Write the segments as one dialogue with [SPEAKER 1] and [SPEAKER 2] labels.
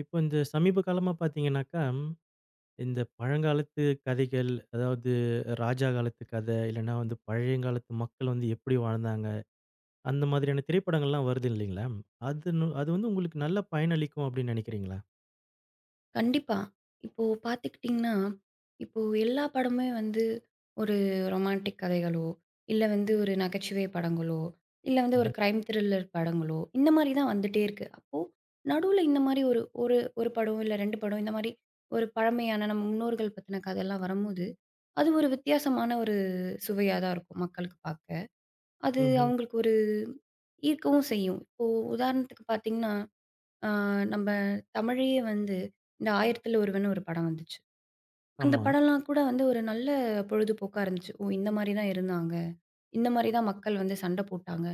[SPEAKER 1] இப்போ இந்த சமீப காலமா பார்த்தீங்கன்னாக்கா, இந்த பழங்காலத்து கதைகள், அதாவது ராஜா காலத்து கதை, இல்லன்னா வந்து பழையங்காலத்து மக்கள் வந்து எப்படி வாழ்ந்தாங்க, அந்த மாதிரியான திரைப்படங்கள்லாம் வருது இல்லைங்களா? அது வந்து உங்களுக்கு நல்ல பயனளிக்கும் அப்படின்னு நினைக்கிறீங்களா?
[SPEAKER 2] கண்டிப்பா. இப்போ பார்த்துக்கிட்டிங்கன்னா, இப்போ எல்லா படமுமே வந்து ஒரு ரொமான்டிக் கதைகளோ, இல்ல வந்து ஒரு நகைச்சுவை படங்களோ, இல்ல வந்து ஒரு
[SPEAKER 1] ம்ஹ்ம்.
[SPEAKER 2] கிரைம் த்ரில்லர் படங்களோ, இந்த மாரி தான் வந்துட்டே இருக்கு. அப்போ நடுவுல இந்த மாரி ஒரு ஒரு ஒரு படம், இல்ல 2 படம் இந்த மாரி ஒரு பழமையான நம்ம முன்னோர்கள் பத்தின கதைலாம் வரும்போது, அது ஒரு வித்தியாசமான ஒரு சுவையா தான் இருக்கும் மக்களுக்கு பார்க்க. அது
[SPEAKER 1] ம்ஹ்ம்.
[SPEAKER 2] அவங்களுக்கு ஒரு ஈர்க்கவும் செய்யும். இப்போ உதாரணத்துக்கு பார்த்தீங்கன்னா ஆ, நம்ம தமிழயே வந்து இந்த ஆயிரத்தில் ஒருவன் ஒரு படம் வந்துச்சு. அந்த
[SPEAKER 1] ஆமா.
[SPEAKER 2] படம்லாம் கூட வந்து ஒரு நல்ல பொழுதுபோக்கா இருந்துச்சு. ஓ! இந்த மாரி தான் இருந்தாங்க. இந்த மாரி தான் மக்கள் வந்து சண்ட போட்டாங்க.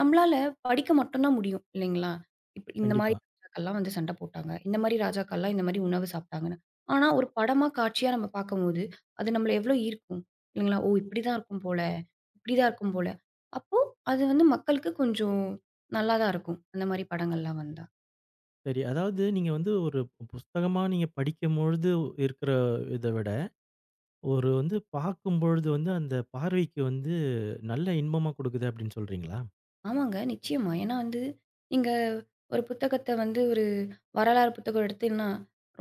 [SPEAKER 2] நம்மளால படிக்க மட்டும் தான் முடியும் இல்லைங்களா? இந்த மாரி
[SPEAKER 1] கண்டிப்பா.
[SPEAKER 2] ராஜாக்கள்லாம் வந்து சண்ட போட்டாங்க. இந்த மாரி ராஜாக்கள்லாம் இந்த மாரி உணவு சாப்பிட்டாங்கன்னு. ஆனா ஒரு படமா, காட்சியா நம்ம பார்க்கும்போது, அது நம்மள எவ்வளோ ஈர்க்கும் இல்லைங்களா? ஓ! இப்படி தான் இருக்கும் போல, இப்படி தான் இருக்கும் போல. அப்போ அது வந்து மக்களுக்கு கொஞ்சம் நல்லா தான் இருக்கும். அந்த மாரி படங்கள்லாம் வந்தா.
[SPEAKER 1] சரி. அதாவது நீங்க வந்து ஒரு புஸ்தகமா நீங்க படிக்கும்பொழுது இருக்கிற இத விட, ஒரு வந்து பார்க்கும்பொழுது வந்து அந்த பார்வைக்கு வந்து நல்ல இன்பமா கொடுக்குது அப்படின்னு சொல்றீங்களா?
[SPEAKER 2] ஆமாங்க. நிச்சயமா. ஏன்னா வந்து, நீங்க ஒரு புத்தகத்த வந்து ஒரு வரலாறு புத்தகம் எடுத்தீங்கன்னா,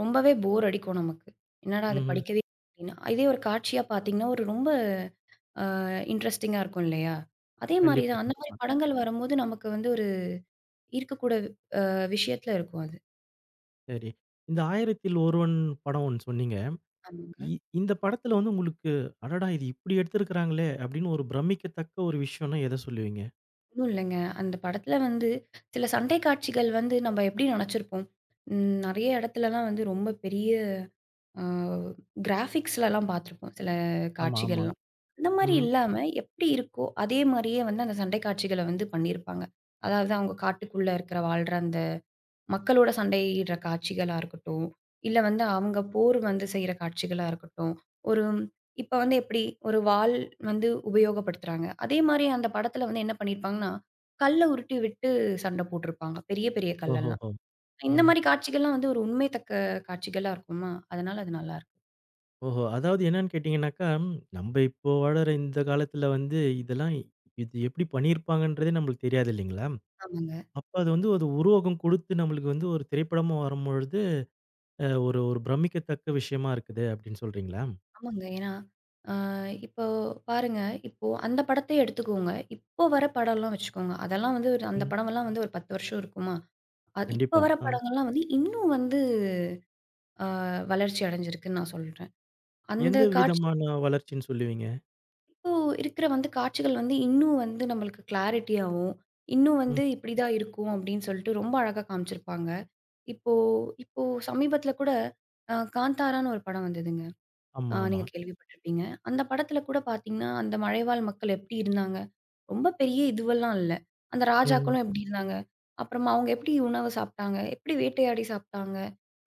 [SPEAKER 2] ரொம்பவே போர் அடிக்கும் நமக்கு. என்னடா அது
[SPEAKER 1] ம்ஹ்ம்.
[SPEAKER 2] படிக்கவே அப்படின்னு. இதே ஒரு காட்சியா பார்த்தீங்கன்னா, ஒரு ரொம்ப இன்ட்ரஸ்டிங்கா இருக்கும் இல்லையா? அதே மாரி
[SPEAKER 1] கண்டிப்பா,
[SPEAKER 2] தான். அந்த மாரி
[SPEAKER 1] கண்டிப்பா.
[SPEAKER 2] படங்கள் வரும்போது நமக்கு வந்து ஒரு ஈர்க்கக்கூட விஷயத்துல இருக்கும் அது.
[SPEAKER 1] சரி. இந்த "ஆயிரத்தில் ஒருவன்" படம் ஒண்ணு சொன்னீங்க.
[SPEAKER 2] ஆமாங்க.
[SPEAKER 1] இ இந்த படத்துல வந்து உங்களுக்கு, "அடடா! இது இப்படி எடுத்திருக்கிறாங்களே!" அப்படின்னு ஒரு பிரமிக்கத்தக்க ஒரு விஷயம்னா எத சொல்லுவீங்க?
[SPEAKER 2] ஒண்ணும் இல்லைங்க. அந்த படத்துல வந்து சில சண்டை காட்சிகள் வந்து நம்ப எப்படி நெனச்சிருப்போம். நெறைய இடத்துலலாம் வந்து ரொம்ப பெரிய ஆ கிராஃபிக்ஸ்லலாம் பார்த்துருப்போம் சில
[SPEAKER 1] ஆமா, ஆமா.
[SPEAKER 2] காட்சிகள்லாம். அந்த மாரி
[SPEAKER 1] ம்.
[SPEAKER 2] இல்லாம எப்படி இருக்கோ, அதே மாரியே வந்து அந்த சண்டை காட்சிகள வந்து பண்ணியிருப்பாங்க. அதாவது அவங்க காட்டுக்குள்ள இருக்கிற வாழ்ற அந்த மக்களோட சண்டையிடுற காட்சிகளா இருக்கட்டும், இல்ல வந்து அவங்க போர் வந்து செய்ற காட்சிகளா இருக்கட்டும். ஒரு இப்ப வந்து எப்படி ஒரு வாள் வந்து உபயோகப்படுத்துறாங்க. அதே மாரி அந்த படத்துல வந்து என்ன பண்ணியிருப்பாங்கன்னா, கல்ல உருட்டி விட்டு சண்டை போட்டிருப்பாங்க. பெரிய பெரிய கல்லெல்லாம்.
[SPEAKER 1] ஓஹோஹோ!
[SPEAKER 2] இந்த
[SPEAKER 1] ம்.
[SPEAKER 2] மாரி காட்சிகள்லாம் வந்து ஒரு உண்மை தக்க காட்சிகளா இருக்குமா? அதனால அது நல்லாருக்கும்.
[SPEAKER 1] ஓஹோ! அதாவது என்னன்னு கேட்டீங்கன்னாக்கா, நம்ப இப்போ வாழற இந்த காலத்துல வந்து, இதெல்லாம் இது எப்படி பண்ணியிருப்பாங்கன்றதே நம்மளுக்கு தெரியாது இல்லைங்களா?
[SPEAKER 2] ஆமாங்க,
[SPEAKER 1] அப்ப அது வந்து ஒரு உருவகம் குடுத்து நம்மளுக்கு வந்து ஒரு திரைப்படமா வரும்பொழுது, அ ஒரு ஒரு பிரமிக்கத்தக்க விஷயமா இருக்குது அப்படின்னு சொல்றீங்களா?
[SPEAKER 2] ஆமாங்க. ஏன்னா, ஆ இப்போ பாருங்க, இப்போ அந்த படத்த எடுத்துக்கோங்க. இப்போ வர படம்லாம் வச்சுக்கோங்க. அதெல்லாம் வந்து ஒரு அந்த
[SPEAKER 1] ம்.
[SPEAKER 2] படமெல்லாம் வந்து ஒரு 10 வருஷம் இருக்குமா? அது இப்ப
[SPEAKER 1] கண்டிப்பா.
[SPEAKER 2] வர
[SPEAKER 1] அ.
[SPEAKER 2] படங்கள்லாம் வந்து இன்னும் வந்து வளர்ச்சி அடைஞ்சிருக்குன்னு நான் சொல்றேன். அந்த
[SPEAKER 1] எந்த
[SPEAKER 2] காட்சிகள்
[SPEAKER 1] விதமான வளர்ச்சின்னு சொல்லுவீங்க?
[SPEAKER 2] இப்போ இருக்கிற வந்து காட்சிகள் வந்து இன்னும் வந்து நம்மளுக்கு கிளாரிட்டியாவும், இன்னும் வந்து இப்படிதான் இருக்கும் அப்படின்னு சொல்லிட்டு ரொம்ப அழகா காமிச்சிருப்பாங்க. இப்போ இப்போ சமீபத்தில கூட காந்தாரான்னு ஒரு படம் வந்ததுங்க.
[SPEAKER 1] ஆமா, ஆமா.
[SPEAKER 2] நீங்க கேள்விப்பட்டிருப்பீங்க. அந்த படத்துல கூட பார்த்தீங்கன்னா, அந்த மலைவாழ் மக்கள் எப்படி இருந்தாங்க? ரொம்ப பெரிய இதுவெல்லாம் இல்ல. அந்த
[SPEAKER 1] ம்.
[SPEAKER 2] ராஜாக்களும் எப்படி இருந்தாங்க? அப்புறமா அவங்க எப்படி உணவு சாப்பிட்டாங்க? எப்படி வேட்டையாடி சாப்பிட்டாங்க?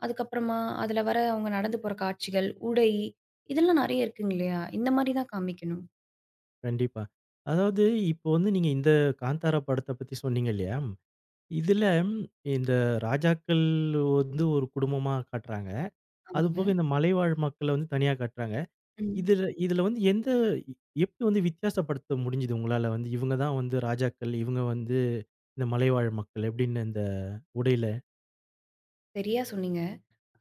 [SPEAKER 2] அதுக்கப்புறமா அதுல வர அவங்க நடந்து போற காட்சிகள், உடை இதெல்லாம் நெறைய இருக்குங்க இல்லையா? இந்த மாரி தான் காமிக்கணும்.
[SPEAKER 1] கண்டிப்பா. அதாவது இப்போ வந்து நீங்க இந்த காந்தாரா படத்த பத்தி சொன்னீங்க இல்லையா? இதுல இந்த ராஜாக்கள் வந்து ஒரு குடும்பமா காட்டுறாங்க.
[SPEAKER 2] ஆமாங்க.
[SPEAKER 1] அதுபோக இந்த மலைவாழ் மக்கள வந்து தனியா காட்டுறாங்க.
[SPEAKER 2] ம்.
[SPEAKER 1] இதுல இதுல வந்து எந்த எ- எப்படி வந்து வித்தியாசப்படுத்த முடிஞ்சது உங்களால வந்து இவங்க தான் வந்து ராஜாக்கள், இவங்க வந்து இந்த மலைவாழ் மக்கள் எப்படின்னு அந்த உடையில?
[SPEAKER 2] சரியா சொன்னீங்க.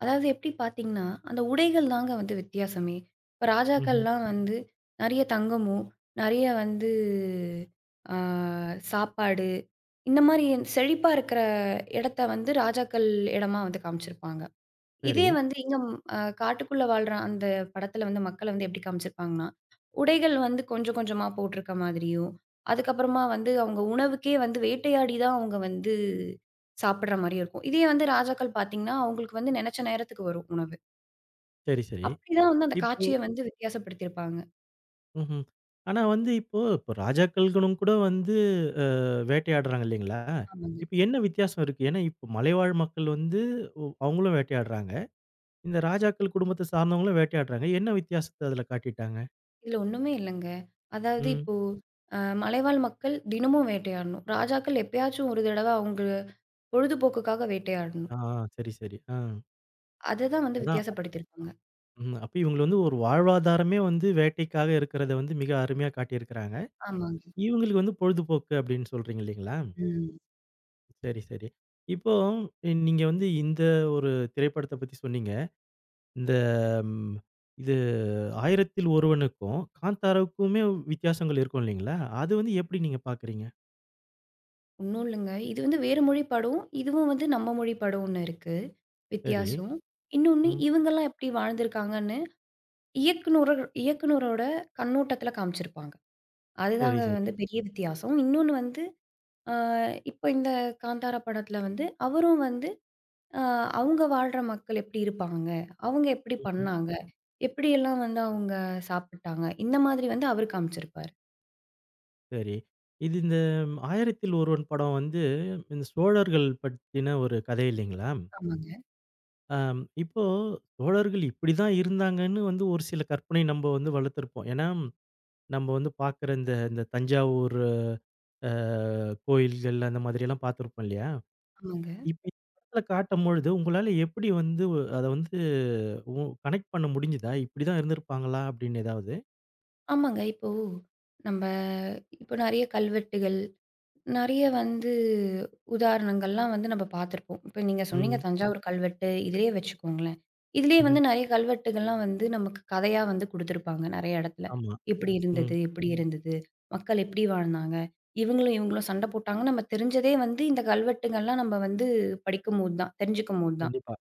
[SPEAKER 2] அதாவது எப்படி பார்த்தீங்கன்னா, அந்த உடைகள் தாங்க வந்து வித்தியாசமே. இப்ப
[SPEAKER 1] ம்ஹ்ம்.
[SPEAKER 2] ராஜாக்கள்லாம் வந்து நெறைய தங்கமும், நெறைய வந்து ஆ சாப்பாடு, இந்த மாரி செழிப்பா இருக்கிற இடத்த வந்து ராஜாக்கள் இடமா வந்து காமிச்சிருப்பாங்க.
[SPEAKER 1] சரி,
[SPEAKER 2] இதே வந்து இங்க ம் அ காட்டுக்குள்ள வாழ்ற அந்த படத்துல வந்து மக்கள வந்து எப்படி காமிச்சிருப்பாங்கன்னா, உடைகள் வந்து கொஞ்சம் கொஞ்சமா போட்டிருக்க மாதிரியும், அதுக்கப்புறமா வந்து அவங்க உணவுக்கே வந்து வேட்டையாடி தான் அவங்க வந்து சாப்பிடுற மாரியும் இருக்கும். இதே வந்து ராஜாக்கள் பார்த்தீங்கன்னா, அவங்களுக்கு வந்து நெனச்ச நேரத்துக்கு வரும் உணவு.
[SPEAKER 1] சரி, சரி.
[SPEAKER 2] அப்படிதான் வந்து அந்த
[SPEAKER 1] இப்
[SPEAKER 2] காட்சிய வந்து வித்தியாசப்படுத்தியிருப்பாங்க.
[SPEAKER 1] ம்ஹ்ம். ஆனா வந்து இப்போ இப்போ ராஜாக்கள்களும் கூட வந்து அ வேட்டையாடுறாங்க இல்லைங்களா?
[SPEAKER 2] ஆமாங்க.
[SPEAKER 1] இப்ப என்ன வித்தியாசம் இருக்கு? ஏன்னா இப்ப மலைவாழ் மக்கள் வந்து ஒ அவங்களும் வேட்டையாடுறாங்க. இந்த ராஜாக்கள் குடும்பத்த சார்ந்தவங்களும் வேட்டையாடுறாங்க. என்ன வித்தியாசத்த அதுல காட்டிட்டாங்க?
[SPEAKER 2] இதுல ஒண்ணுமே இல்லங்க. அதாவது
[SPEAKER 1] ம்.
[SPEAKER 2] இப்போ மலைவாழ் மக்கள் தினமும் வேட்டையாடணும். ராஜாக்கள் எப்பயாச்சும் ஒரு தடவ அவங்க பொழுதுபோக்குக்காக வேட்டையாடணும்.
[SPEAKER 1] ஆ சரி, சரி. ஆ
[SPEAKER 2] அததான் வந்து
[SPEAKER 1] அதான்.
[SPEAKER 2] வித்தியாசப்படுத்தியிருப்பாங்க.
[SPEAKER 1] ம். அப்ப இவங்கள வந்து ஒரு வாழ்வாதாரமே வந்து வேட்டைக்காக இருக்கிறத வந்து மிக அருமையா காட்டியிருக்கிறாங்க.
[SPEAKER 2] ஆமாங்க.
[SPEAKER 1] இவங்களுக்கு வந்து பொழுதுபோக்கு அப்படின்னு சொல்றீங்க இல்லைங்களா?
[SPEAKER 2] ம்.
[SPEAKER 1] சரி, சரி. இப்போ நீங்க வந்து இந்த ஒரு திரைப்படத்த பத்தி சொன்னீங்க. இந்த ம் இது 1000ல் ஒருவனுக்கும், காந்தாராவுக்குமே வித்தியாசங்கள் இருக்கும் இல்லைங்களா? அது வந்து எப்படி நீங்க பார்க்குறீங்க?
[SPEAKER 2] ஒண்ணும் இல்லங்க. இது வந்து வேறு மொழி படம். இதுவும் வந்து நம்ம மொழி படம் ஒண்ணு இருக்கு.
[SPEAKER 1] சரி.
[SPEAKER 2] வித்தியாசம். இன்னொன்னு
[SPEAKER 1] ம்.
[SPEAKER 2] இவங்கலாம் எப்படி வாழ்ந்திருக்காங்கன்னு இயக்குனர இயக்குனரோட கண்ணோட்டத்துல காமிச்சிருப்பாங்க.
[SPEAKER 1] சரி,
[SPEAKER 2] அதுதாங்க
[SPEAKER 1] சரி.
[SPEAKER 2] வந்து பெரிய வித்தியாசம். இன்னொன்னு வந்து அ இப்போ இந்த காந்தாரா படத்துல வந்து அவரும் வந்து அ அவங்க வாழ்ற மக்கள் எப்படி இருப்பாங்க? அவங்க எப்படி
[SPEAKER 1] ம்ஹ்ம்.
[SPEAKER 2] பண்ணாங்க? எப்படியெல்லாம் வந்து அவங்க சாப்பிட்டாங்க? இந்த மாதிரி வந்து அவரு காமிச்சிருப்பாரு.
[SPEAKER 1] சரி. இந்த 1000ல் ஒருவன் படம் வந்து இந்த சோழர்கள் பத்தின ஒரு கதை இல்லைங்களா?
[SPEAKER 2] ஆமாங்க,
[SPEAKER 1] அம் இப்போ சோழர்கள் இப்படிதான் இருந்தாங்கன்னு வந்து ஒரு சில கற்பனை நம்ம வந்து வளர்த்துருப்போம். ஏன்னா, நம்ம வந்து பார்க்குற இந்த இந்த தஞ்சாவூர் அ கோயில்கள் அந்த மாதிரியெல்லாம் பார்த்துருப்போம் இல்லையா?
[SPEAKER 2] ஆமாங்க.
[SPEAKER 1] இப்ப இந்த படத்துல காட்டும்பொழுது, உங்களால எப்படி வந்து அத வந்து உ கனெக்ட் பண்ண முடிஞ்சுதா? இப்படிதான் இருந்திருப்பாங்களா? அப்படின்னு ஏதாவது?
[SPEAKER 2] ஆமாங்க. நம்ப இப்போ நெறைய கல்வெட்டுகள், நெறைய வந்து உதாரணங்கள்லாம் வந்து நம்ம பார்த்துருப்போம். இப்ப நீங்க சொன்னீங்க
[SPEAKER 1] ம்.
[SPEAKER 2] தஞ்சாவூர் கல்வெட்டு, இதிலேயே வச்சுக்கோங்களேன். இதிலேயே
[SPEAKER 1] ம்ஹ்ம்.
[SPEAKER 2] வந்து நெறைய கல்வெட்டுகள்லாம் வந்து நமக்கு கதையா வந்து குடுத்துருப்பாங்க நெறைய இடத்துல.
[SPEAKER 1] ஆமா.
[SPEAKER 2] இப்படி
[SPEAKER 1] ம்.
[SPEAKER 2] இருந்தது, இப்படி இருந்தது, மக்கள் எப்படி வாழ்ந்தாங்க, இவங்களும் இவங்களும் சண்டை போட்டாங்கன்னு நம்ம தெரிஞ்சதே வந்து இந்த கல்வெட்டுகள்லாம் நம்ம வந்து படிக்கும்போது தான், தெரிஞ்சுக்கும்போது தான்.
[SPEAKER 1] கண்டிப்பா.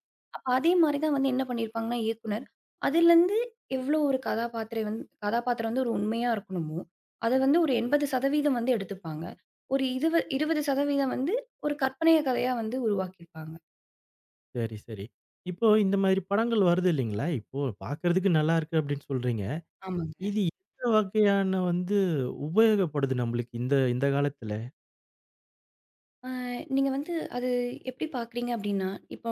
[SPEAKER 2] அதே மாரி தான் வந்து என்ன பண்ணியிருப்பாங்கன்னா இயக்குனர், அதுலருந்து எவ்ளோ ஒரு கதாபாத்திரம் வந்து ஒரு உண்மையா இருக்கணுமோ, அத வந்து ஒரு 80% வந்து எடுத்துப்பாங்க. ஒரு இதுவ 20% வந்து ஒரு கற்பனைய கதையா வந்து உருவாக்கியிருப்பாங்க.
[SPEAKER 1] சரி, சரி. இப்போ இந்த மாதிரி படங்கள் வருது இல்லைங்களா? இப்போ பார்க்கறதுக்கு நல்லா இருக்கு அப்படின்னு சொல்றீங்க.
[SPEAKER 2] ஆமாங்க.
[SPEAKER 1] இது எந்த வகையான வந்து உபயோகப்படுது நம்மளுக்கு இந்த இந்த காலத்துல?
[SPEAKER 2] ஆ நீங்க வந்து அது எப்டி பாக்குறீங்க அப்டின்னா, இப்போ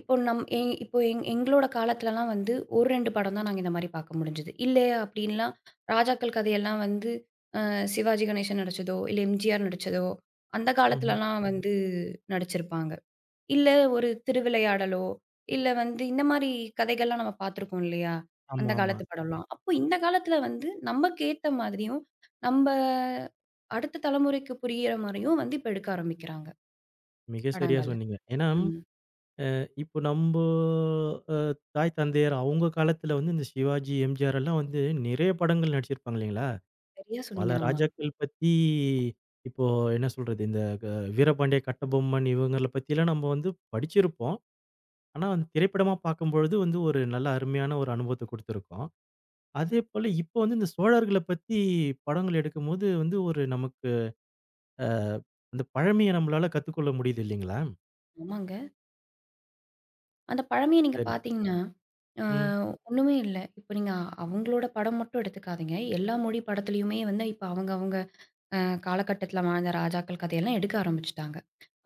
[SPEAKER 2] இப்போ நம் எ இப்போ எங் எங்களோட காலத்துலலாம் வந்து 1, 2 படம் தான் நாங்க இந்த மாரி பாக்க முடிஞ்சது. இல்ல அப்டின்லாம் ராஜாக்கள் கதையெல்லாம் வந்து சிவாஜி கணேசன் நடிச்சதோ, இல்ல எம்ஜிஆர் நடிச்சதோ, அந்த
[SPEAKER 1] ம்ஹ்ம்.
[SPEAKER 2] காலத்துலலாம் வந்து நடிச்சிருப்பாங்க. இல்ல ஒரு திருவிளையாடலோ, இல்ல வந்து இந்த மாரி கதைகள்லாம் நம்ம பார்த்துருக்கோம் இல்லையா?
[SPEAKER 1] ஆமா,
[SPEAKER 2] அந்த
[SPEAKER 1] ஆமா.
[SPEAKER 2] காலத்து படம்லாம். அப்போ இந்த காலத்துல வந்து நமக்கு ஏத்த மாதிரியும், நம்ப அடுத்த தலைமுறைக்கு புரியிற மாரியும் வந்து இப்ப எடுக்க ஆரம்பிக்கிறாங்க
[SPEAKER 1] மிக சரியா
[SPEAKER 2] படங்கள.
[SPEAKER 1] சொன்னீங்க. ஏன்னா,
[SPEAKER 2] ம்.
[SPEAKER 1] இப்போ நம்ப அ தாய் தந்தையர் அவங்க காலத்துல வந்து இந்த சிவாஜி, எம்ஜிஆர் எல்லாம் வந்து நிறைய படங்கள் நடிச்சிருப்பாங்க இல்லைங்களா?
[SPEAKER 2] சரியா
[SPEAKER 1] பல
[SPEAKER 2] சொன்னீங்க. ஆமா.
[SPEAKER 1] ராஜாக்கள் பத்தி இப்போ என்ன சொல்றது? இந்த க வீரபாண்டிய கட்டபொம்மன் இவங்கள பத்திலாம் நம்ம வந்து படிச்சிருப்போம். ஆனா வந்து திரைப்படமா பார்க்கும்பொழுது வந்து ஒரு நல்ல அருமையான ஒரு அனுபவத்த குடுத்திருக்கும். அதேபோல இப்போ வந்து இந்த சோழர்கள பத்தி படங்கள் எடுக்கும்போது வந்து ஒரு நமக்கு அ அந்த பழமைய நம்மளால கத்துக்கொள்ள முடியுது இல்லைங்களா?
[SPEAKER 2] ஆமாங்க. அந்த பழமைய நீங்க
[SPEAKER 1] சரி.
[SPEAKER 2] பார்த்தீங்கன்னா, அ
[SPEAKER 1] ம்.
[SPEAKER 2] ஒண்ணுமே இல்ல. இப்ப நீங்க அவங்களோட படம் மட்டும் எடுத்துக்காதீங்க. எல்லா மொழி படத்துலயுமே வந்து இப்ப அவங்க அவங்க அ காலகட்டத்தில வாழ்ந்த ராஜாக்கள் கதையெல்லாம் எடுக்க ஆரம்பிச்சுட்டாங்க.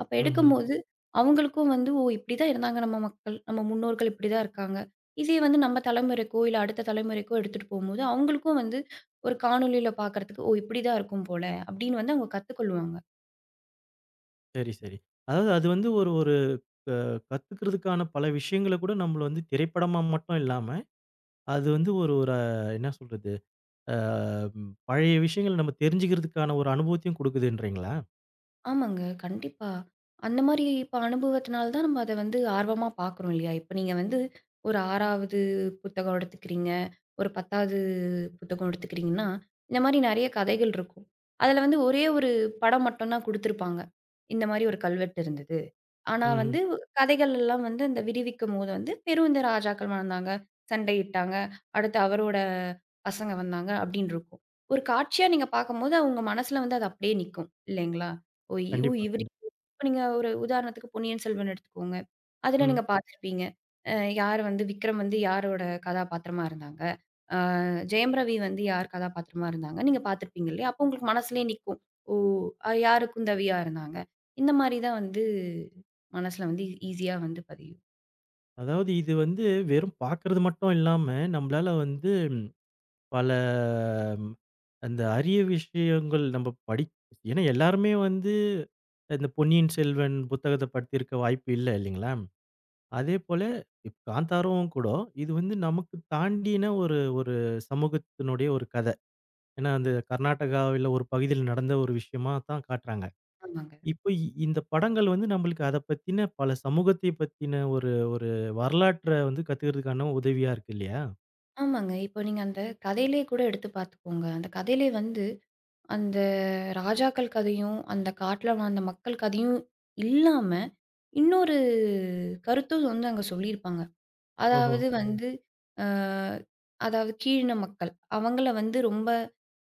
[SPEAKER 2] அப்ப
[SPEAKER 1] ம்ஹ்ம்.
[SPEAKER 2] எடுக்கும்போது, அவங்களுக்கும் வந்து ஓ! இப்படிதான் இருந்தாங்க நம்ம மக்கள். நம்ம முன்னோர்கள் இப்படிதான் இருக்காங்க. இதே வந்து நம்ம தலைமுறைக்கோ, இல்ல அடுத்த தலைமுறைக்கோ எடுத்துட்டு போம்போது, அவங்களுக்கும் வந்து ஒரு காணொளியில பார்க்கறதுக்கு, ஓ! இப்படிதான் இருக்கும் போல, அப்படின்னு வந்து அவங்க கத்துக்கொள்வாங்க.
[SPEAKER 1] சரி, சரி. அதாவது அது வந்து ஒரு ஒரு அ கத்துக்கிறதுக்கான பல விஷயங்கள கூட நம்மள வந்து திரைப்படமா மட்டும் இல்லாம, அது வந்து ஒரு ஒரு என்ன சொல்றது? அ ம் பழைய விஷயங்கள நம்ம தெரிஞ்சுக்கிறதுக்கான ஒரு அனுபவத்தையும் குடுக்குதுன்றீங்களா?
[SPEAKER 2] ஆமாங்க. கண்டிப்பா. அந்த மாரி இப்ப அனுபவத்தினால தான் நம்ம அத வந்து ஆர்வமா பார்க்குறோம் இல்லையா? இப்ப நீங்க வந்து ஒரு 6வது புத்தகம் எடுத்துக்கிறீங்க. ஒரு 10வது புத்தகம் எடுத்துக்கிறீங்கன்னா, இந்த மாரி நெறைய கதைகள் இருக்கும். அதுல வந்து ஒரே ஒரு படம் மட்டும் தான் குடுத்திருப்பாங்க. இந்த மாரி ஒரு கல்வெட்டு இருந்தது. ஆனா
[SPEAKER 1] ம்ஹ்ம்.
[SPEAKER 2] வந்து கதைகள் எல்லாம் வந்து அந்த விடுவிக்கும்போது வந்து வெறும் இந்த ராஜாக்கள் வந்தாங்க, சண்டையிட்டாங்க, அடுத்து அவரோட பசங்க வந்தாங்க அப்படின்னு இருக்கும். ஒரு காட்சியா நீங்க பார்க்கும்போது உங்க மனசுல வந்து அது அப்படியே நிக்கும் இல்லைங்களா? ஓ! இவ்
[SPEAKER 1] கண்டிப்பா,
[SPEAKER 2] இவரு
[SPEAKER 1] கண்டிப்பா.
[SPEAKER 2] இப்ப நீங்க ஒரு உதாரணத்துக்கு பொன்னியின் செல்வன் எடுத்துக்கோங்க. அதுல
[SPEAKER 1] ம்.
[SPEAKER 2] நீங்க பார்த்திருப்பீங்க. அ யார் வந்து விக்ரம் வந்து யாரோட கதாபாத்திரமா இருந்தாங்க? அ ஜெயம் ரவி வந்து யார் கதாபாத்திரமா இருந்தாங்க? நீங்க பார்த்திருப்பீங்க இல்லையா? அப்போ உங்களுக்கு மனசுலயே நிக்கும். ஓ! யாரு குந்தவியா இருந்தாங்க? இந்த மாரி தான் வந்து மனசுல வந்து ஈஸியா வந்து பதியும்.
[SPEAKER 1] அதாவது இது வந்து வெறும் பார்க்கறது மட்டும் இல்லாம, நம்மளால வந்து பல ம் அந்த அரிய விஷயங்கள் நம்ம படி ஏன்னா எல்லாருமே வந்து இந்த பொன்னியின் செல்வன் புத்தகத்த படித்திருக்க வாய்ப்பு இல்ல இல்லைங்களா? அதேபோல இப் காந்தாராவும் கூட இது வந்து நமக்கு தாண்டின ஒரு ஒரு சமூகத்தினுடைய ஒரு கத. ஏன்னா அந்த கர்நாடகாவில ஒரு பகுதியில் நடந்த ஒரு விஷயமா தான் காட்டுறாங்க.
[SPEAKER 2] ஆமாங்க.
[SPEAKER 1] இப்ப இந்த படங்கள் வந்து நம்மளுக்கு அத பத்தின பல சமூகத்தை பத்தின ஒரு ஒரு வரலாற்ற வந்து கத்துக்கிறதுக்கான உதவியா இருக்கு இல்லையா?
[SPEAKER 2] ஆமாங்க. இப்போ நீங்க அந்த கதையிலே கூட எடுத்து பார்த்துக்கோங்க. அந்த கதையிலே வந்து அந்த ராஜாக்கள் கதையும், அந்த காட்டுல வாழ்ந்த மக்கள் கதையும் இல்லாம, இன்னொரு கருத்தும் வந்து அங்க சொல்லியிருப்பாங்க.
[SPEAKER 1] ஓஹோ!
[SPEAKER 2] அதாவது ஓ! வந்து அ அதாவது கீழின மக்கள். அவங்கள வந்து ரொம்ப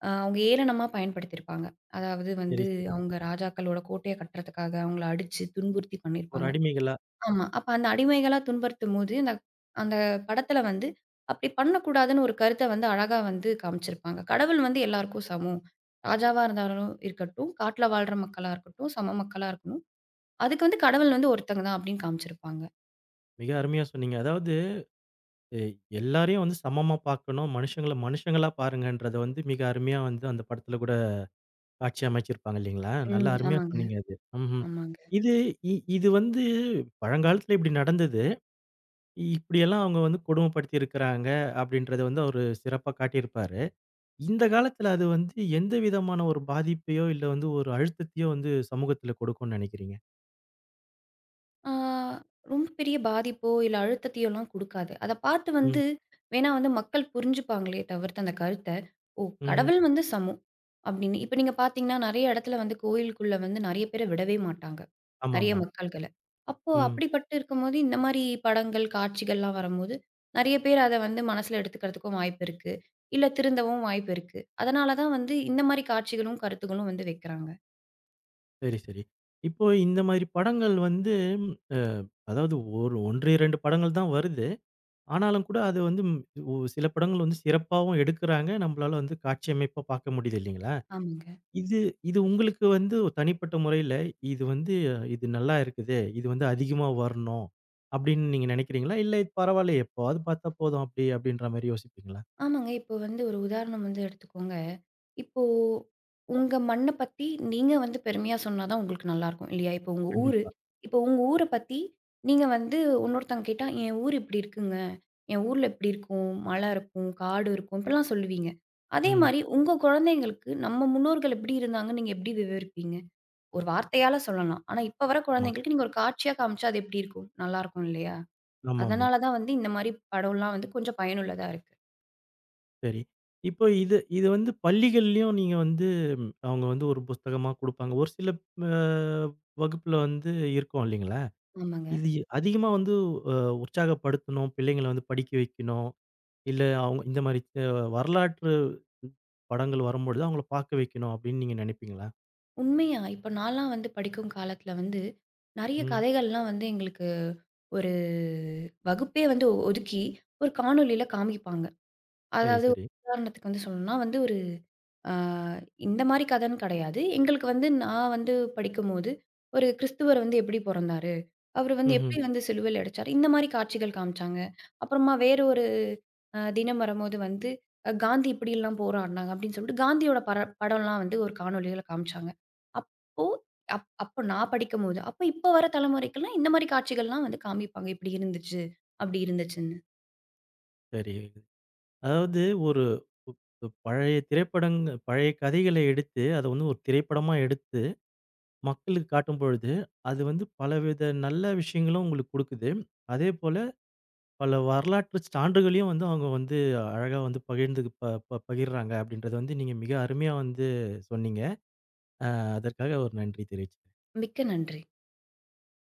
[SPEAKER 2] அவங்க ஏளனமா பயன்படுத்தியிருப்பாங்க. அதாவது
[SPEAKER 1] சரி,
[SPEAKER 2] வந்து
[SPEAKER 1] சரி.
[SPEAKER 2] அவங்க ராஜாக்களோட கோட்டைய கட்டுறதுக்காக அவங்கள அடிச்சு துன்புறுத்தி
[SPEAKER 1] ஒரு
[SPEAKER 2] பண்ணியிருப்பாங்க.
[SPEAKER 1] அடிமைகளா
[SPEAKER 2] ஆமா. அப்ப அந்த அடிமைகளா துன்புறுத்தும்போது, அந்த அந்த படத்துல வந்து அப்படி பண்ணக்கூடாதுன்னு ஒரு கருத்த வந்து அழகா வந்து காமிச்சிருப்பாங்க. கடவுள் வந்து எல்லாருக்கும் சமம். ராஜாவா இருந்தாலும் இருக்கட்டும், காட்டுல வாழ்ற மக்களா இருக்கட்டும், சம மக்களா இருக்கணும். அதுக்கு வந்து கடவுள் வந்து ஒருத்தங்க தான் அப்படின்னு காமிச்சிருப்பாங்க.
[SPEAKER 1] மிக அருமையா சொன்னீங்க. அதாவது எ எல்லாரையும் வந்து சமமா பார்க்கணும். மனுஷங்கள மனுஷங்களா பாருங்கன்றத வந்து மிக அருமையா வந்து அந்த படத்துல கூட காட்சி அமைச்சிருப்பாங்க இல்லீங்களா? நல்லா
[SPEAKER 2] ம்.
[SPEAKER 1] அருமையா
[SPEAKER 2] ஆமாங்க,
[SPEAKER 1] சொன்னீங்க அது. ம்ஹ்ம்.
[SPEAKER 2] ஆமாங்க.
[SPEAKER 1] இது இது வந்து பழங்காலத்துல இப்படி நடந்தது. இ இப்படியெல்லாம் அவங்க வந்து கொடுமைப்படுத்தி இருக்கிறாங்க அப்படின்றத வந்து அவரு சிறப்பா காட்டியிருப்பாரு. இந்த காலத்துல அது வந்து எந்த விதமான ஒரு பாதிப்பையோ, இல்ல வந்து ஒரு அழுத்தத்தையோ வந்து சமூகத்துல கொடுக்கும்னு நினைக்கிறீங்க?
[SPEAKER 2] ஆ ரொம்ப பெரிய பாதிப்போ, இல்ல அழுத்தத்தையோலாம் குடுக்காது. அத பார்த்து
[SPEAKER 1] ம்.
[SPEAKER 2] வந்து வேணா வந்து மக்கள் புரிஞ்சுப்பாங்களே தவிர்த்து அந்த கருத்த. ஓ!
[SPEAKER 1] ம்ஹ்ம்.
[SPEAKER 2] கடவுள் வந்து சமம் அப்படின்னு. இப்ப நீங்க பார்த்தீங்கன்னா, நெறைய இடத்துல வந்து கோயிலுக்குள்ள வந்து நெறைய பேர விடவே மாட்டாங்க. நெறைய
[SPEAKER 1] ஆமாமா.
[SPEAKER 2] மக்கள்கள. அப்போ
[SPEAKER 1] ம்.
[SPEAKER 2] அப்படிப்பட்டு இருக்கும்போது, இந்த மாரி படங்கள், காட்சிகள்லாம் வரும்போது, நெறைய பேர் அத வந்து மனசுல எடுத்துக்கிறதுக்கும் வாய்ப்பு இருக்கு. இல்ல திருந்தவும் வாய்ப்பு இருக்கு. அதனால தான் வந்து இந்த மாரி காட்சிகளும், கருத்துக்களும் வந்து வைக்கிறாங்க.
[SPEAKER 1] சரி, சரி. இப்போ இந்த மாரி படங்கள் வந்து ம் அ அதாவது ஒரு 1, 2 படங்கள் தான் வருது. ஆனாலும் கூட அது வந்து ம் ஒ சில படங்கள் வந்து சிறப்பாவும் எடுக்குறாங்க. நம்மளால வந்து காட்சி அமைப்பா பார்க்க முடியுது இல்லீங்களா?
[SPEAKER 2] ஆமாங்க.
[SPEAKER 1] இது இது உங்களுக்கு வந்து தனிப்பட்ட முறையில, இது வந்து இது நல்லா இருக்குது. இது வந்து அதிகமா வரணும் அப்படின்னு நீங்க நினைக்கிறீங்களா? இல்ல இது பரவால்ல எப்பவாவது பார்த்தா போதும் அப்படி அப்படின்ற மாரி யோசிப்பீங்களா?
[SPEAKER 2] ஆமாங்க. இப்போ வந்து ஒரு உதாரணம் வந்து எடுத்துக்கோங்க. இப்போ உங்க மண்ண பத்தி நீங்க வந்து பெருமையா சொன்னா தான் உங்களுக்கு நல்லாருக்கும் இல்லையா?
[SPEAKER 1] கண்டிப்பா.
[SPEAKER 2] இப்போ உங்க ஊர பத்தி நீங்க வந்து இன்னொருத்தவங்க கேட்டா, "என் ஊர் இப்படி இருக்குங்க. என் ஊர்ல இப்படி இருக்கும். மலை இருக்கும், காடு இருக்கும்." இப்படிலாம் சொல்லுவீங்க. அதே
[SPEAKER 1] ம்.
[SPEAKER 2] மாரி உங்க குழந்தைங்களுக்கு நம்ம முன்னோர்கள் எப்படி இருந்தாங்கன்னு நீங்க எப்படி விவரிப்பீங்க? ஒரு வார்த்தையால சொல்லலாம். ஆனா இப்ப வர
[SPEAKER 1] ஆமா.
[SPEAKER 2] குழந்தைங்களுக்கு நீங்க ஒரு காட்சியா காமிச்சா அது எப்படி இருக்கும்? நல்லாருக்கும் இல்லையா?
[SPEAKER 1] ஆமாமா.
[SPEAKER 2] அதனால தான் வந்து இந்த மாரி படம்லாம் வந்து கொஞ்சம் பயனுள்ளதா இருக்கு.
[SPEAKER 1] சரி. இப்போ இது இது வந்து பள்ளிகள்லயும் நீங்க வந்து ம், அவங்க வந்து ஒரு புஸ்தகமா குடுப்பாங்க. ஒரு சில அ வகுப்புல வந்து இருக்கும் இல்லைங்களா?
[SPEAKER 2] ஆமாங்க.
[SPEAKER 1] இது அதிகமா வந்து அ உற்சாகப்படுத்தணும், பிள்ளைங்கள வந்து படிக்க வைக்கணும். இல்ல அவங்க இந்த மாரி அ வரலாற்று படங்கள் வரும்பொழுது அவங்கள பார்க்க வைக்கணும் அப்படின்னு நீங்க நினைப்பீங்களா?
[SPEAKER 2] உண்மையா! இப்ப நான்லாம் வந்து படிக்கும் காலத்துல வந்து, நெறைய
[SPEAKER 1] ம்.
[SPEAKER 2] கதைகள்லாம் வந்து எங்களுக்கு ஒரு வகுப்பே வந்து ஒதுக்கி, ஒரு காணொளியில காமிப்பாங்க.
[SPEAKER 1] சரி,
[SPEAKER 2] அதாவது ஒரு
[SPEAKER 1] சரி.
[SPEAKER 2] உதாரணத்துக்கு வந்து சொல்லணும்னா வந்து ஒரு அ இந்த மாரி கதைன்னு கிடையாது. எங்களுக்கு வந்து நான் வந்து படிக்கும்போது, ஒரு கிறிஸ்துவர் வந்து எப்படி பொறந்தாரு? அவரு வந்து
[SPEAKER 1] ம்ஹ்ம்.
[SPEAKER 2] எப்படி வந்து சிலுவையில அடைச்சாரு? இந்த மாரி காட்சிகள் காமிச்சாங்க. அப்புறமா வேற தினம் வரும்போது வந்து காந்தி இப்படியெல்லாம் போராடினாங்க அப்படின்னு சொல்லிட்டு காந்தியோட படம்லாம் வந்து ஒரு காணொளியில காமிச்சாங்க. அப்போ அப்போ நான் படிக்கும்போது, அப்போ இப்போ வர தலைமுறைக்கெல்லாம் இந்த மாரி காட்சிகள்லாம் வந்து காமிப்பாங்க. இப்படி இருந்துச்சு, அப்படி இருந்துச்சுன்னு.
[SPEAKER 1] சரி. அதாவது ஒரு பழைய திரைப்படங் பழைய கதைகளை எடுத்து, அத வந்து ஒரு திரைப்படமா எடுத்து மக்களுக்கு காட்டும் பொழுது, அது வந்து பலவித நல்ல விஷயங்களும் உங்களுக்கு குடுக்குது. அதேபோல பல வரலாற்று சான்றுகளையும் வந்து அவங்க வந்து அழகா வந்து பகிர்ந்து ப ப பகிர்றாங்க அப்படின்றத வந்து நீங்க மிக அருமையா வந்து சொன்னீங்க. அதற்காக ஒரு நன்றி தெரிவிச்சுக்கிறேன்.
[SPEAKER 2] மிக்க நன்றி.